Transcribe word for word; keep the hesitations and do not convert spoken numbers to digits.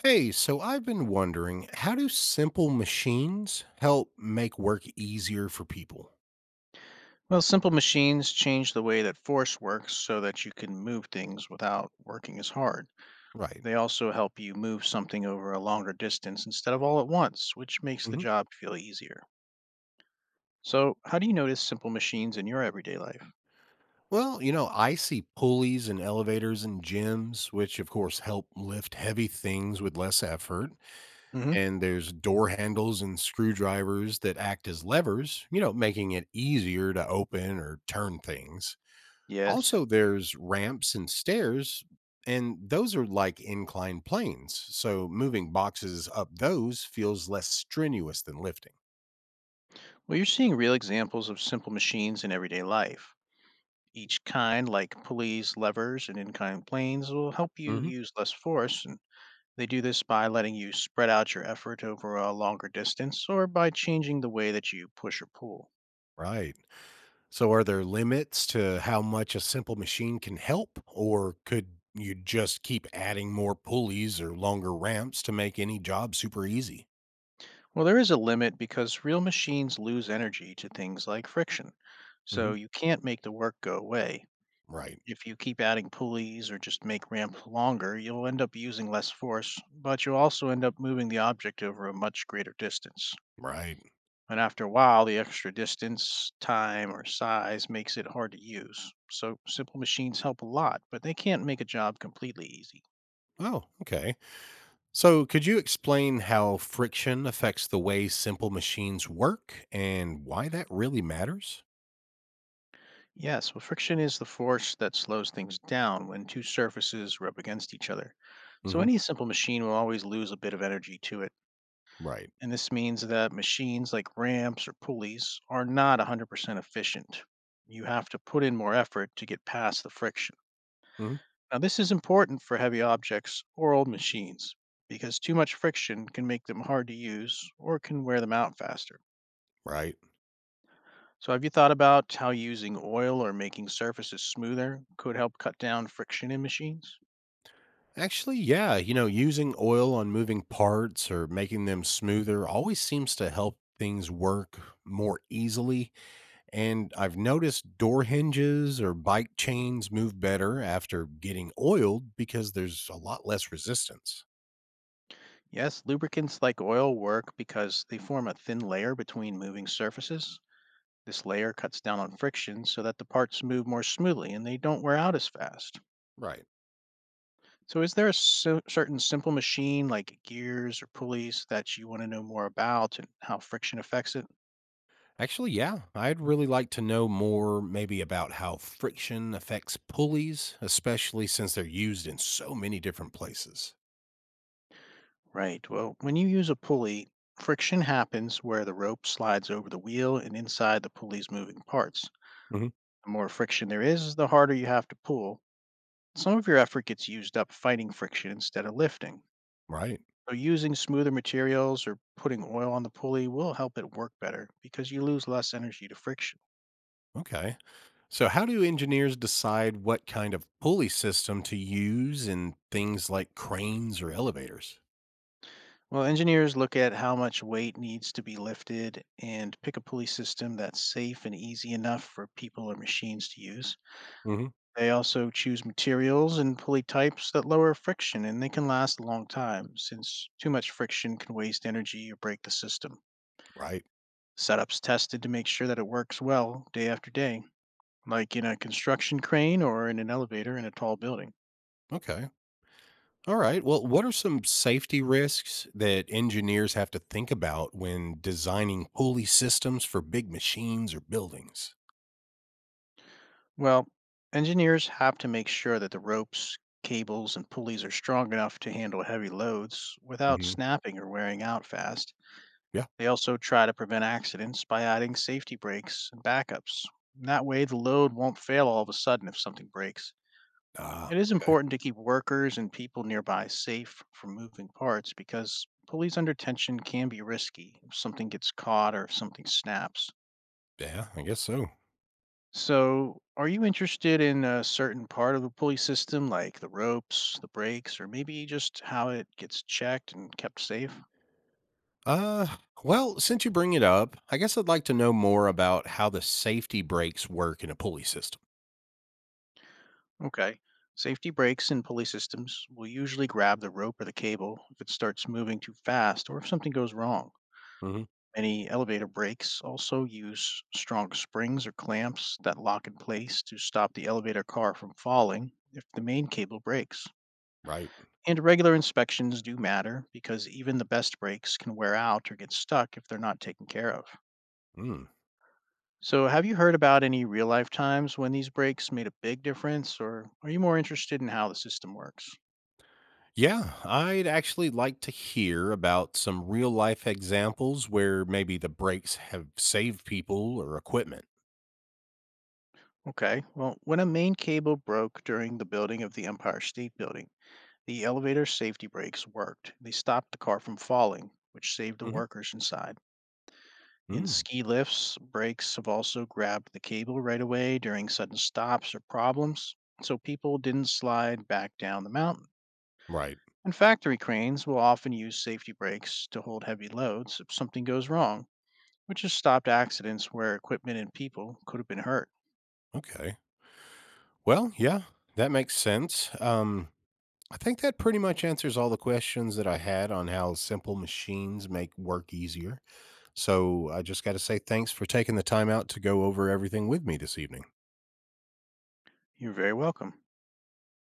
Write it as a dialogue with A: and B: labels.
A: Hey, so I've been wondering, how do simple machines help make work easier for people?
B: Well, simple machines change the way that force works so that you can move things without working as hard.
A: Right.
B: They also help you move something over a longer distance instead of all at once, which makes the
A: Hmm.
B: job feel easier. So, how do you notice simple machines in your everyday life?
A: Well, you know, I see pulleys and elevators and gyms, which of course help lift heavy things with less effort.
B: Hmm.
A: And there's door handles and screwdrivers that act as levers, you know, making it easier to open or turn things.
B: Yes.
A: Also, there's ramps and stairs, and those are like inclined planes. So moving boxes up those feels less strenuous than lifting.
B: Well, you're seeing real examples of simple machines in everyday life. Each kind, like pulleys, levers, and in kind planes, will help you
A: Hmm.
B: use less force and they do this by letting you spread out your effort over a longer distance or by changing the way that you push or pull.
A: Right. So are there limits to how much a simple machine can help, or could you just keep adding more pulleys or longer ramps to make any job super easy?
B: Well, there is a limit because real machines lose energy to things like friction,
A: Hmm.
B: so you can't make the work go away.
A: Right.
B: If you keep adding pulleys or just make ramp longer, you'll end up using less force, but you'll also end up moving the object over a much greater distance.
A: Right.
B: And after a while, the extra distance, time, or size makes it hard to use. So simple machines help a lot, but they can't make a job completely easy.
A: Oh, okay. So, could you explain how friction affects the way simple machines work and why that really matters?
B: Yes, well, friction is the force that slows things down when two surfaces rub against each other. So
A: Hmm.
B: any simple machine will always lose a bit of energy to it.
A: Right.
B: And this means that machines like ramps or pulleys are not one hundred percent efficient. You have to put in more effort to get past the friction.
A: Hmm.
B: Now, this is important for heavy objects or old machines because too much friction can make them hard to use or can wear them out faster.
A: Right.
B: So, have you thought about how using oil or making surfaces smoother could help cut down friction in machines?
A: Actually, yeah, you know, using oil on moving parts or making them smoother always seems to help things work more easily. And I've noticed door hinges or bike chains move better after getting oiled because there's a lot less resistance.
B: Yes, lubricants like oil work because they form a thin layer between moving surfaces. This layer cuts down on friction so that the parts move more smoothly and they don't wear out as fast.
A: Right.
B: So, is there a cer- certain simple machine like gears or pulleys that you want to know more about and how friction affects it?
A: Actually, yeah. I'd really like to know more maybe about how friction affects pulleys, especially since they're used in so many different places.
B: Right. Well, when you use a pulley, friction happens where the rope slides over the wheel and inside the pulley's moving parts.
A: Hmm.
B: The more friction there is, the harder you have to pull. Some of your effort gets used up fighting friction instead of lifting.
A: Right.
B: So, using smoother materials or putting oil on the pulley will help it work better because you lose less energy to friction.
A: Okay. So, how do engineers decide what kind of pulley system to use in things like cranes or elevators?
B: Well, engineers look at how much weight needs to be lifted and pick a pulley system that's safe and easy enough for people or machines to use.
A: Hmm.
B: They also choose materials and pulley types that lower friction and they can last a long time, since too much friction can waste energy or break the system.
A: Right.
B: Setups tested to make sure that it works well day after day, like in a construction crane or in an elevator in a tall building.
A: Okay. All right. Well, what are some safety risks that engineers have to think about when designing pulley systems for big machines or buildings?
B: Well, engineers have to make sure that the ropes, cables, and pulleys are strong enough to handle heavy loads without
A: Hmm.
B: snapping or wearing out fast.
A: Yeah.
B: They also try to prevent accidents by adding safety brakes and backups. That way, the load won't fail all of a sudden if something breaks.
A: Ah,
B: It is
A: okay.
B: important to keep workers and people nearby safe from moving parts, because pulleys under tension can be risky if something gets caught or if something snaps.
A: Yeah, I guess so.
B: So, are you interested in a certain part of the pulley system, like the ropes, the brakes, or maybe just how it gets checked and kept safe?
A: Uh, well, since you bring it up, I guess I'd like to know more about how the safety brakes work in a pulley system.
B: Okay. Safety brakes in pulley systems will usually grab the rope or the cable if it starts moving too fast or if something goes wrong.
A: Hmm.
B: Many elevator brakes also use strong springs or clamps that lock in place to stop the elevator car from falling if the main cable breaks.
A: Right.
B: And regular inspections do matter, because even the best brakes can wear out or get stuck if they're not taken care of.
A: Mm.
B: So, have you heard about any real life times when these brakes made a big difference, or are you more interested in how the system works?
A: Yeah, I'd actually like to hear about some real life examples where maybe the brakes have saved people or equipment.
B: Okay, well, when a main cable broke during the building of the Empire State Building, the elevator safety brakes worked. They stopped the car from falling, which saved the
A: Hmm.
B: workers inside. In
A: Mm.
B: ski lifts, brakes have also grabbed the cable right away during sudden stops or problems, so people didn't slide back down the mountain.
A: Right.
B: And factory cranes will often use safety brakes to hold heavy loads if something goes wrong, which has stopped accidents where equipment and people could have been hurt.
A: Okay. Well, yeah, that makes sense. Um, I think that pretty much answers all the questions that I had on how simple machines make work easier. So I just got to say thanks for taking the time out to go over everything with me this evening.
B: You're very welcome.